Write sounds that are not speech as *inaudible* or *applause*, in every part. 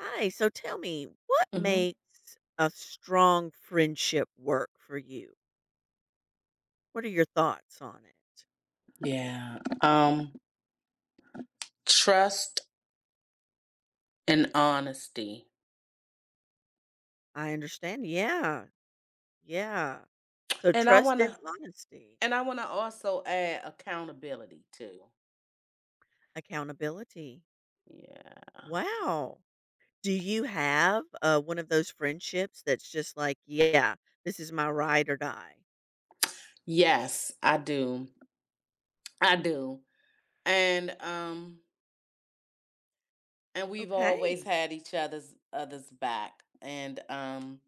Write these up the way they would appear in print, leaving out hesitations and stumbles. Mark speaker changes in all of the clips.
Speaker 1: Hi, so tell me, what
Speaker 2: hmm
Speaker 1: makes a strong friendship work for you? What are your thoughts on it?
Speaker 2: Yeah. Trust and honesty.
Speaker 1: I understand. Yeah. Yeah. So
Speaker 2: And I
Speaker 1: trust and
Speaker 2: wanna
Speaker 1: honesty,
Speaker 2: and I wanna also add accountability too.
Speaker 1: accountability.
Speaker 2: Yeah.
Speaker 1: Wow. Do you have one of those friendships that's just like, yeah, this is my ride or die?
Speaker 2: Yes, I do. I do. And um and we've always
Speaker 1: Okay.
Speaker 2: had each other's back. And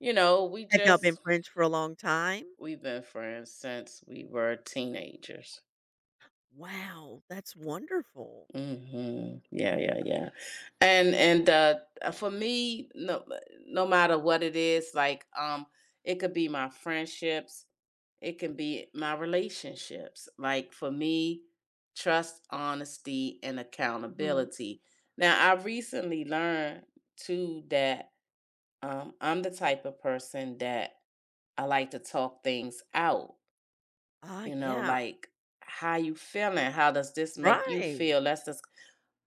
Speaker 2: you know, we
Speaker 1: Have y'all been
Speaker 2: just
Speaker 1: friends for a long time?
Speaker 2: we've been friends since we were teenagers.
Speaker 1: Wow. That's wonderful.
Speaker 2: Yeah, yeah, yeah. And For me, no matter what it is, like it could be my friendships, it can be my relationships. Like for me, trust, honesty, and
Speaker 1: Hmm.
Speaker 2: accountability. Now I recently learned too that I'm the type of person that I like to talk things out
Speaker 1: Ah,
Speaker 2: you know,
Speaker 1: yeah.
Speaker 2: like how you feeling? How does this make you
Speaker 1: Right.
Speaker 2: feel? That's just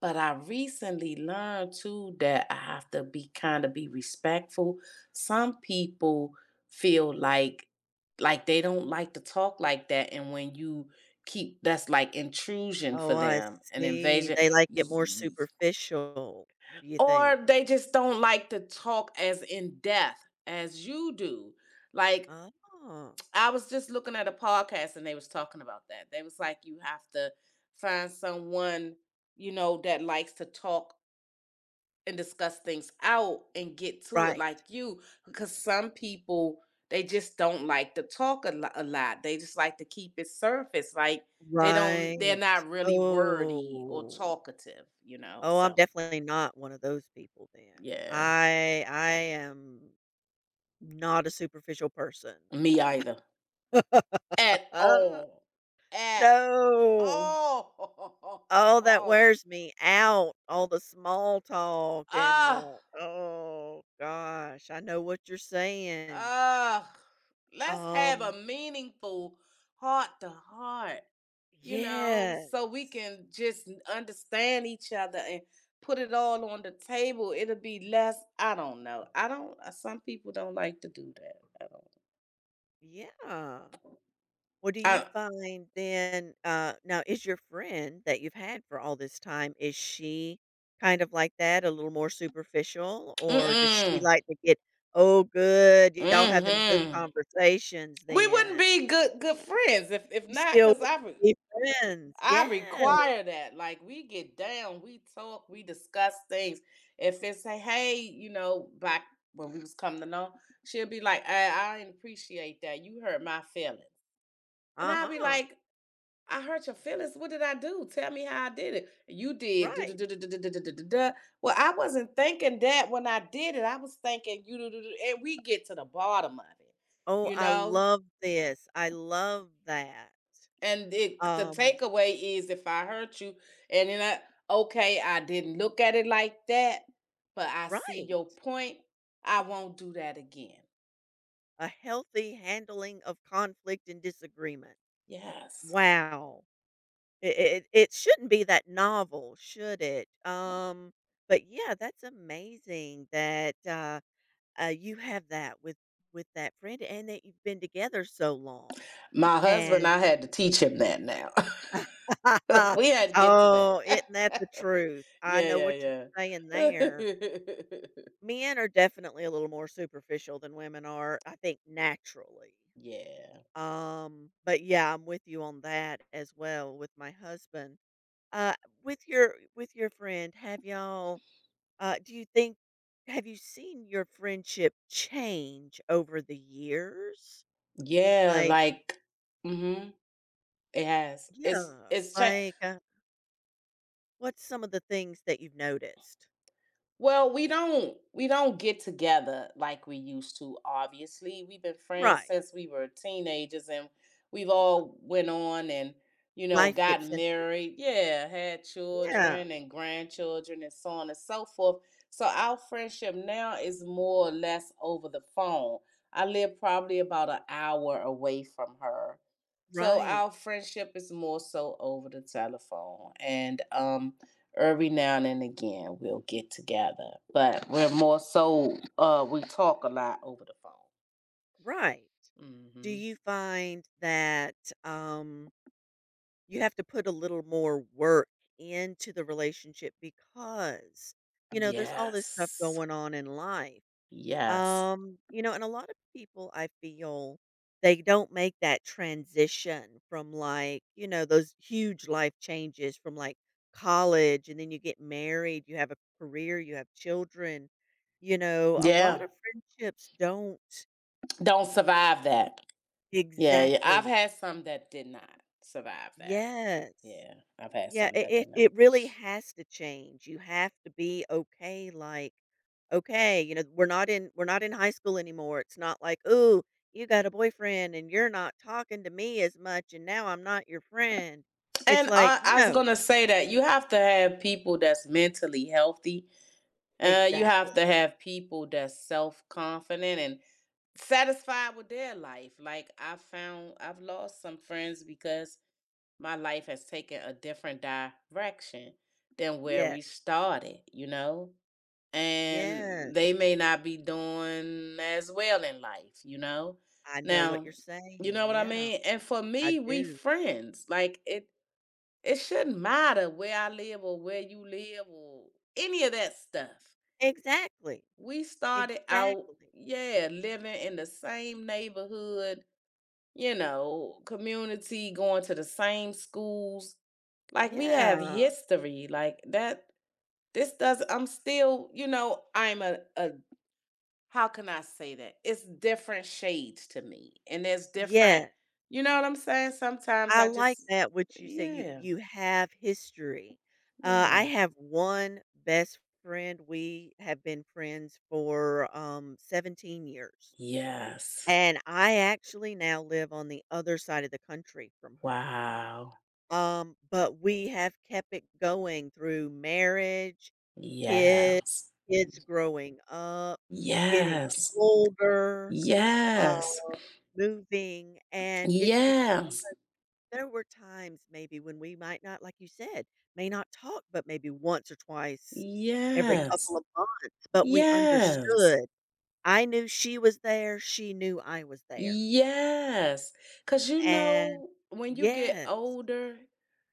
Speaker 2: but I recently learned too that I have to be kind of be respectful. Some people feel like they don't like to talk like that, and when you keep that's like intrusion for
Speaker 1: Oh, I
Speaker 2: them, an
Speaker 1: see.
Speaker 2: invasion.
Speaker 1: They like it more
Speaker 2: Y-
Speaker 1: superficial, do you
Speaker 2: or
Speaker 1: think?
Speaker 2: they just don't like to talk as in depth as you do. Like
Speaker 1: Oh.
Speaker 2: I was just looking at a podcast and they was talking about that. They was like, you have to find someone, you know, that likes to talk and discuss things out and get to it
Speaker 1: Right.
Speaker 2: like you. Because some people, they just don't like to talk a lot. They just like to keep it surface. Like they don't, they're
Speaker 1: Right.
Speaker 2: not really wordy or
Speaker 1: Oh.
Speaker 2: talkative, you know?
Speaker 1: Oh, I'm
Speaker 2: So
Speaker 1: definitely not one of those people then.
Speaker 2: yeah,
Speaker 1: I am not a superficial person.
Speaker 2: me either.
Speaker 1: *laughs*
Speaker 2: At
Speaker 1: Ah,
Speaker 2: all. At
Speaker 1: no. Oh, that
Speaker 2: all.
Speaker 1: wears me out. All the small talk and
Speaker 2: *laughs* Ah.
Speaker 1: the oh gosh, I know what you're saying.
Speaker 2: Ugh, let's have a
Speaker 1: Um,
Speaker 2: meaningful heart to heart, you know,
Speaker 1: yes.
Speaker 2: so we can just understand each other and put it all on the table. It'll be less, I don't know. I don't, some people don't like to do that.
Speaker 1: Yeah. Well, do
Speaker 2: I
Speaker 1: you
Speaker 2: don't,
Speaker 1: find then now is your friend that you've had for all this time, is she kind of like that, a little more superficial,
Speaker 2: I,
Speaker 1: or does she
Speaker 2: mm-mm,
Speaker 1: like to get, oh good, y'all have them good
Speaker 2: mm-hmm.
Speaker 1: conversations
Speaker 2: We wouldn't
Speaker 1: then?
Speaker 2: be good friends if
Speaker 1: You
Speaker 2: not,
Speaker 1: still
Speaker 2: because
Speaker 1: be friends.
Speaker 2: I
Speaker 1: Yes.
Speaker 2: require that. Like we get down, we talk, we discuss things. If it's a hey, you know, back when we was coming to know, she'll be like, I didn't appreciate that. You hurt my feelings. And I'll be
Speaker 1: Uh-huh.
Speaker 2: like, I hurt your feelings. What did I do? Tell me how I did it. You did. Do, do,
Speaker 1: Right.
Speaker 2: do, do, do, do, do, do, do, do. Well, I wasn't thinking that when I did it. I was thinking you do, do, do," and we get to the bottom of it,
Speaker 1: Oh,
Speaker 2: you
Speaker 1: I
Speaker 2: know?
Speaker 1: love this. I love that.
Speaker 2: And it the
Speaker 1: Um,
Speaker 2: takeaway is if I hurt you and then I okay, I didn't look at it like that, but I see
Speaker 1: right.
Speaker 2: your point. I won't do that again.
Speaker 1: A healthy handling of conflict and disagreement.
Speaker 2: Yes.
Speaker 1: Wow. It shouldn't be that novel, should it? But yeah, that's amazing that you have that with that friend, and that you've been together so long.
Speaker 2: My husband,
Speaker 1: And
Speaker 2: I had to teach him that now. *laughs*
Speaker 1: *laughs*
Speaker 2: We had to get to that.
Speaker 1: oh, isn't that the truth?
Speaker 2: *laughs*
Speaker 1: I
Speaker 2: Yeah,
Speaker 1: know what you're
Speaker 2: yeah,
Speaker 1: saying
Speaker 2: yeah.
Speaker 1: there.
Speaker 2: *laughs*
Speaker 1: Men are definitely a little more superficial than women are. I think naturally.
Speaker 2: Yeah.
Speaker 1: But yeah, I'm with you on that as well with my husband. Uh, with your with your friend, have y'all do you think have you seen your friendship change over the years?
Speaker 2: Yeah,
Speaker 1: Like,
Speaker 2: like mm mhm. It has. It's
Speaker 1: yeah,
Speaker 2: it's changed.
Speaker 1: like what's some of the things that you've noticed?
Speaker 2: Well, we don't get together like we used to, obviously. We've been friends
Speaker 1: Right.
Speaker 2: since we were teenagers and we've all went on and you know,
Speaker 1: Life
Speaker 2: got
Speaker 1: gets in.
Speaker 2: married, yeah, had
Speaker 1: Yeah,
Speaker 2: children and grandchildren and so on and so forth. So our friendship now is more or less over the phone. I live probably about an hour away from her. So
Speaker 1: right.
Speaker 2: our friendship is more so over the telephone. And every now and again we'll get together, but we're more so we talk a lot over the
Speaker 1: Right.
Speaker 2: phone.
Speaker 1: Do you find that um you have to put a little more work into the relationship because, you know, there's all this stuff
Speaker 2: Yes,
Speaker 1: going on in life.
Speaker 2: yes,
Speaker 1: You know, and a lot of people I feel they don't make that transition from like, you know, those huge life changes from like college and then you get married, you have a career, you have children. You know, a lot
Speaker 2: yeah.
Speaker 1: of friendships don't.
Speaker 2: Don't survive that. Yeah, yeah. I've
Speaker 1: Exactly.
Speaker 2: had some that did not survive that.
Speaker 1: Yes.
Speaker 2: Yeah, I've had
Speaker 1: Yeah,
Speaker 2: some
Speaker 1: it
Speaker 2: that
Speaker 1: it
Speaker 2: did not.
Speaker 1: it really has to change. You have to be okay, like, "Okay, you know, we're not in high school anymore." It's not like, "Ooh, you got a boyfriend and you're not talking to me as much, and now I'm not your friend." It's
Speaker 2: And
Speaker 1: like,
Speaker 2: I was
Speaker 1: "No."
Speaker 2: gonna say that you have to have people that's mentally healthy. You
Speaker 1: Exactly.
Speaker 2: have to have people that's self confident and satisfied with their life. Like I found I've lost some friends because my life has taken a different direction than where
Speaker 1: Yeah.
Speaker 2: we started, you know? And
Speaker 1: Yes.
Speaker 2: they may not be doing as well in life, you know?
Speaker 1: I know what
Speaker 2: Now,
Speaker 1: you're
Speaker 2: you
Speaker 1: saying.
Speaker 2: know what I
Speaker 1: Yeah,
Speaker 2: mean? And for
Speaker 1: I
Speaker 2: me, we
Speaker 1: do.
Speaker 2: friends. Like it shouldn't matter where I live or where you live or any of that stuff.
Speaker 1: Exactly.
Speaker 2: We started out,
Speaker 1: Exactly.
Speaker 2: yeah, living in the same neighborhood you know, community, going to the same schools. Like we have
Speaker 1: Yeah.
Speaker 2: history. Like that this does I'm still, you know, I'm a how can I say that? It's different shades to me. And there's different,
Speaker 1: Yes.
Speaker 2: you know what I'm saying? Sometimes
Speaker 1: I
Speaker 2: I
Speaker 1: like
Speaker 2: just
Speaker 1: that what you say
Speaker 2: yeah,
Speaker 1: you have history. I
Speaker 2: yeah.
Speaker 1: have one best friend, we have been friends for, 17 years,
Speaker 2: Yes.
Speaker 1: and I actually now live on the other side of the country from her,
Speaker 2: Wow.
Speaker 1: but we have kept it going through marriage, kids,
Speaker 2: Yes.
Speaker 1: kids growing up, getting
Speaker 2: Yes.
Speaker 1: older,
Speaker 2: Yes.
Speaker 1: um, moving, and it's be
Speaker 2: Yes.
Speaker 1: there were times maybe when we might not, like you said, may not talk, but maybe once or twice every couple
Speaker 2: Yes.
Speaker 1: of months, but we
Speaker 2: Yes.
Speaker 1: understood. I knew she was there, she knew I was there.
Speaker 2: Yes, because you
Speaker 1: And
Speaker 2: know, when you get
Speaker 1: yes,
Speaker 2: older,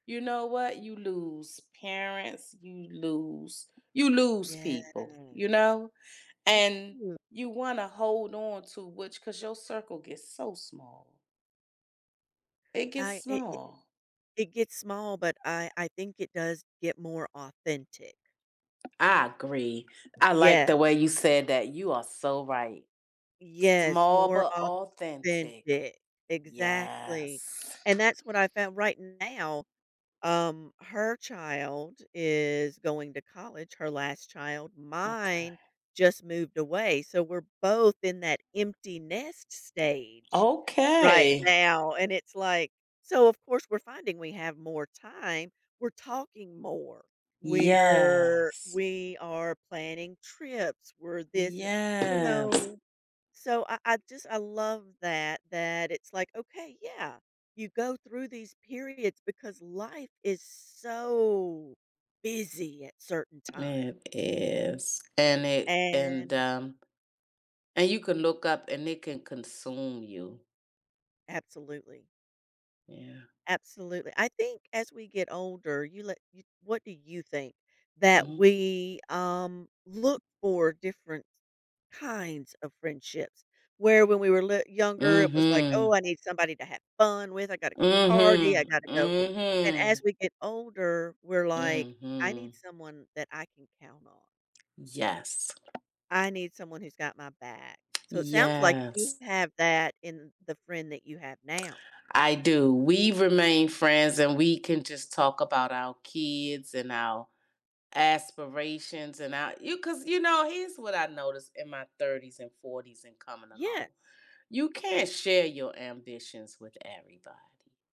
Speaker 2: you know what? You lose parents, you lose
Speaker 1: yes.
Speaker 2: people, you know? And
Speaker 1: Mhm.
Speaker 2: you want to hold on to which, because your circle gets so small. It gets
Speaker 1: I it it
Speaker 2: small.
Speaker 1: It gets small, but I think it does get more authentic.
Speaker 2: I agree. I like the
Speaker 1: Yes,
Speaker 2: way you said that. You are so right.
Speaker 1: yes,
Speaker 2: Small
Speaker 1: more
Speaker 2: but authentic.
Speaker 1: authentic. Exactly.
Speaker 2: Yes.
Speaker 1: And that's what I found right now. Her child is going to college, her last child.
Speaker 2: Okay.
Speaker 1: Mine just moved away, so we're both in that empty nest stage right
Speaker 2: Okay.
Speaker 1: now, and it's like so of course, we're finding we have more time, we're talking more,
Speaker 2: Yes.
Speaker 1: we are planning trips, we're this and you
Speaker 2: Yes,
Speaker 1: know so I just I love that that it's like okay yeah you go through these periods because life is so busy at certain times
Speaker 2: it is. And it
Speaker 1: and
Speaker 2: and you can look up and it can consume you.
Speaker 1: absolutely.
Speaker 2: Yeah.
Speaker 1: Absolutely. I think as we get older, what do you think that
Speaker 2: Mhm.
Speaker 1: we look for different kinds of friendships? Where when we were younger, it was like, oh,
Speaker 2: Mhm.
Speaker 1: I need somebody to have fun with. I got to go
Speaker 2: Mhm.
Speaker 1: party. I got to go. And as
Speaker 2: Mhm.
Speaker 1: we get older, we're like, I
Speaker 2: Mhm.
Speaker 1: need someone that I can count on.
Speaker 2: Yes.
Speaker 1: I need someone who's got my back. So it sounds like you
Speaker 2: Yes.
Speaker 1: have that in the friend that you have now.
Speaker 2: I do. We remain friends and we can just talk about our kids and our aspirations and our you cuz you know, here's what I noticed in my 30s and 40s and coming along.
Speaker 1: Yes.
Speaker 2: You can't share your ambitions with everybody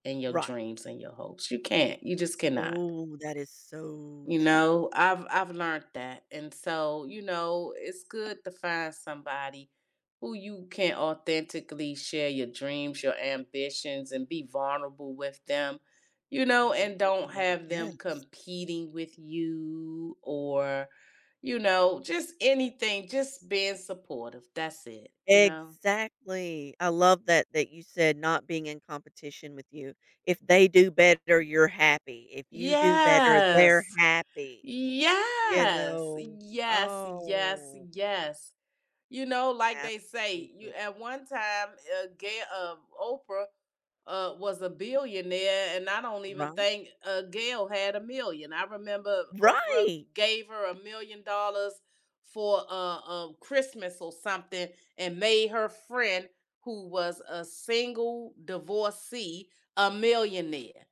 Speaker 2: and your
Speaker 1: Right.
Speaker 2: dreams and your hopes. You can't. You just cannot.
Speaker 1: Oh, that is so
Speaker 2: You
Speaker 1: true.
Speaker 2: know, I've learned that. And so, you know, it's good to find somebody who you can authentically share your dreams, your ambitions and be vulnerable with them. You know,
Speaker 1: Be
Speaker 2: and don't
Speaker 1: vulnerable.
Speaker 2: have them
Speaker 1: Yes.
Speaker 2: competing with you or you know, just anything, just being supportive. That's it, you know.
Speaker 1: Exactly. I love that that you said not being in competition with you. If they do better, you're happy. If you do better, they're
Speaker 2: Yes.
Speaker 1: happy. You
Speaker 2: Yes,
Speaker 1: know?
Speaker 2: yes, yes,
Speaker 1: Oh,
Speaker 2: yes. You know, like they say, you
Speaker 1: absolutely.
Speaker 2: at one time, Gail, Oprah, was a billionaire, and I don't even
Speaker 1: Right.
Speaker 2: think Gail had a million. I remember Oprah
Speaker 1: Right.
Speaker 2: gave her $1 million for Christmas or something, and made her friend, who was a single divorcee, a millionaire.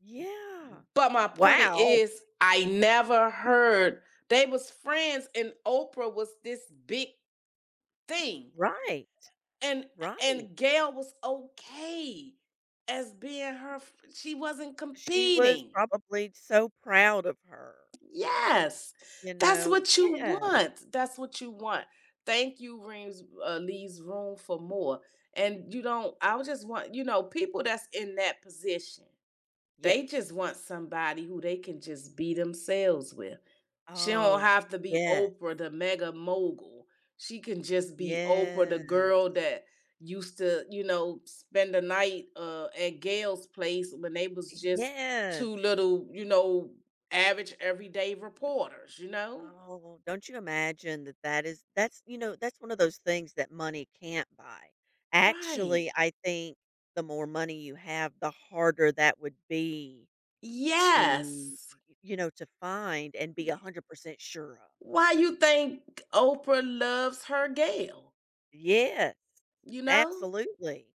Speaker 1: Yeah.
Speaker 2: But my point
Speaker 1: Wow.
Speaker 2: is, I never heard they was friends, and Oprah was this big thing,
Speaker 1: Right.
Speaker 2: and
Speaker 1: Right.
Speaker 2: and Gail was okay as being her. She wasn't
Speaker 1: She was
Speaker 2: competing.
Speaker 1: probably so proud of her.
Speaker 2: Yes,
Speaker 1: You
Speaker 2: that's
Speaker 1: know?
Speaker 2: what you
Speaker 1: Yeah.
Speaker 2: want. That's what you want. Thank you, Reams leaves room for more. And you don't. I would just want you know people that's in that position. They
Speaker 1: Yes.
Speaker 2: just want somebody who they can just be themselves with. She don't
Speaker 1: Oh,
Speaker 2: have to be
Speaker 1: yes,
Speaker 2: Oprah, the mega mogul. She can just be Oprah, the
Speaker 1: yes,
Speaker 2: girl that used to, you know, spend the night at Gail's place when they was just
Speaker 1: yes.
Speaker 2: two little, you know, average everyday reporters, you know?
Speaker 1: Oh, don't you imagine that that is that's one of those things that money can't buy.
Speaker 2: Right.
Speaker 1: Actually, I think the more money you have, the harder that would be to,
Speaker 2: Yes.
Speaker 1: you know, to find and be 100% sure of.
Speaker 2: Why you think Oprah loves her Gail?
Speaker 1: Yes,
Speaker 2: You know?
Speaker 1: absolutely.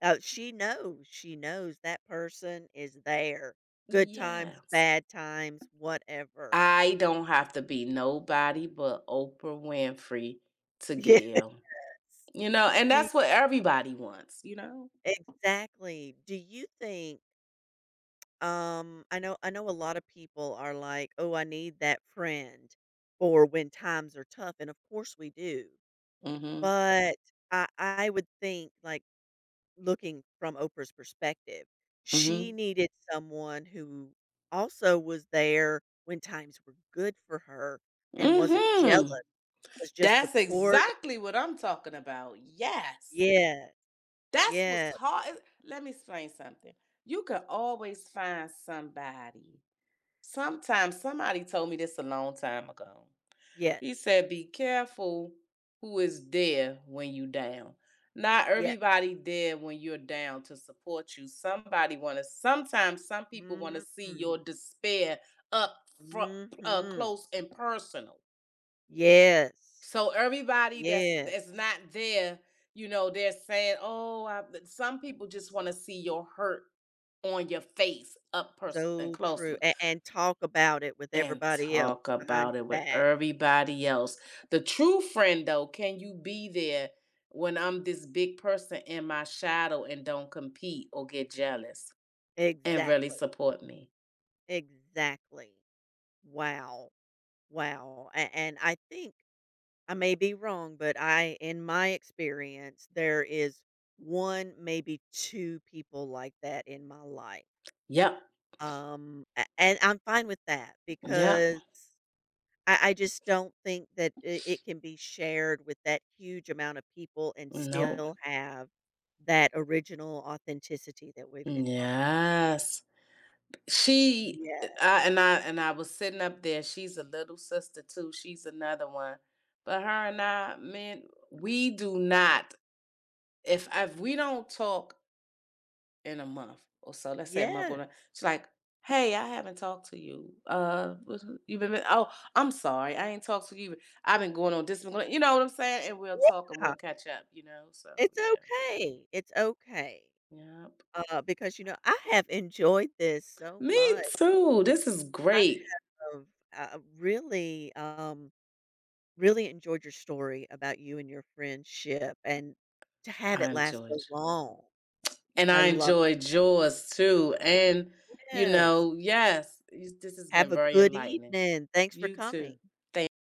Speaker 1: She knows that person is there. Good times,
Speaker 2: Yes.
Speaker 1: bad times, whatever.
Speaker 2: I don't have to be nobody but Oprah Winfrey to get
Speaker 1: *laughs*
Speaker 2: him. You know, and
Speaker 1: Do
Speaker 2: that's what everybody wants, you know?
Speaker 1: exactly. Do you think I know a lot of people are like, "Oh, I need that friend for when times are tough." And of course we do.
Speaker 2: Mm-hmm.
Speaker 1: But I would think like looking from Oprah's perspective, she
Speaker 2: Mm-hmm.
Speaker 1: needed someone who also was there when times were good for her and wasn't jealous,
Speaker 2: Mm-hmm.
Speaker 1: was just
Speaker 2: That's
Speaker 1: supportive.
Speaker 2: exactly what I'm talking about. Yes.
Speaker 1: Yes.
Speaker 2: That's what's
Speaker 1: Yes.
Speaker 2: hard. Let me explain something. You can always find somebody. Sometimes somebody told me this a long time ago.
Speaker 1: Yes.
Speaker 2: He said, "Be careful who is there when you down. Not
Speaker 1: Yes.
Speaker 2: everybody there when you're down to support you. Somebody want to. Sometimes some people want to see
Speaker 1: Mhm.
Speaker 2: your despair up front,
Speaker 1: Mhm.
Speaker 2: close and personal."
Speaker 1: Yes.
Speaker 2: So everybody that's
Speaker 1: Yes.
Speaker 2: that's not there, you know, they're saying, "Oh, I, some people just want to see your hurt on your face, up person and
Speaker 1: So
Speaker 2: closer,
Speaker 1: true. And talk about it with
Speaker 2: and
Speaker 1: everybody else
Speaker 2: talk
Speaker 1: behind
Speaker 2: about it
Speaker 1: your
Speaker 2: with
Speaker 1: back.
Speaker 2: everybody else." The true friend, though, can you be there when I'm this big person in my shadow and don't compete or get jealous and really
Speaker 1: Exactly.
Speaker 2: support me?
Speaker 1: Exactly. Wow. Wow. And I think I may be wrong, but I, in my experience, there is one, maybe two people like that in my life.
Speaker 2: Yep,
Speaker 1: And I'm fine with that
Speaker 2: yep,
Speaker 1: because I just don't think that it can be shared with that huge amount of people and
Speaker 2: nope,
Speaker 1: still have that original authenticity that we've been talking about.
Speaker 2: yes. She
Speaker 1: Yeah.
Speaker 2: I was sitting up there. She's a little sister too. She's another one. But her and I, man, we do not. If we don't talk in a month or so, let's say a month or
Speaker 1: Yeah.
Speaker 2: not, she's like, "Hey, I haven't talked to you. You've been oh, I'm sorry, I ain't talked to you. I've been going on this, been going, you know what I'm saying? And we'll talk and we'll
Speaker 1: Yeah.
Speaker 2: catch up, you know. So
Speaker 1: It's
Speaker 2: yeah,
Speaker 1: okay. It's okay.
Speaker 2: yep.
Speaker 1: Because, you know, I have enjoyed this so
Speaker 2: Me
Speaker 1: much.
Speaker 2: too. This is
Speaker 1: I
Speaker 2: great.
Speaker 1: have, really, really enjoyed your story about you and your friendship and to have
Speaker 2: I
Speaker 1: it last so
Speaker 2: enjoyed you.
Speaker 1: long.
Speaker 2: And
Speaker 1: I
Speaker 2: I
Speaker 1: love it.
Speaker 2: enjoyed yours too. And, you
Speaker 1: Yes.
Speaker 2: know, yes, this has
Speaker 1: Have
Speaker 2: been
Speaker 1: a
Speaker 2: very
Speaker 1: good
Speaker 2: enlightening.
Speaker 1: evening. Thanks for
Speaker 2: You
Speaker 1: coming.
Speaker 2: too. Thank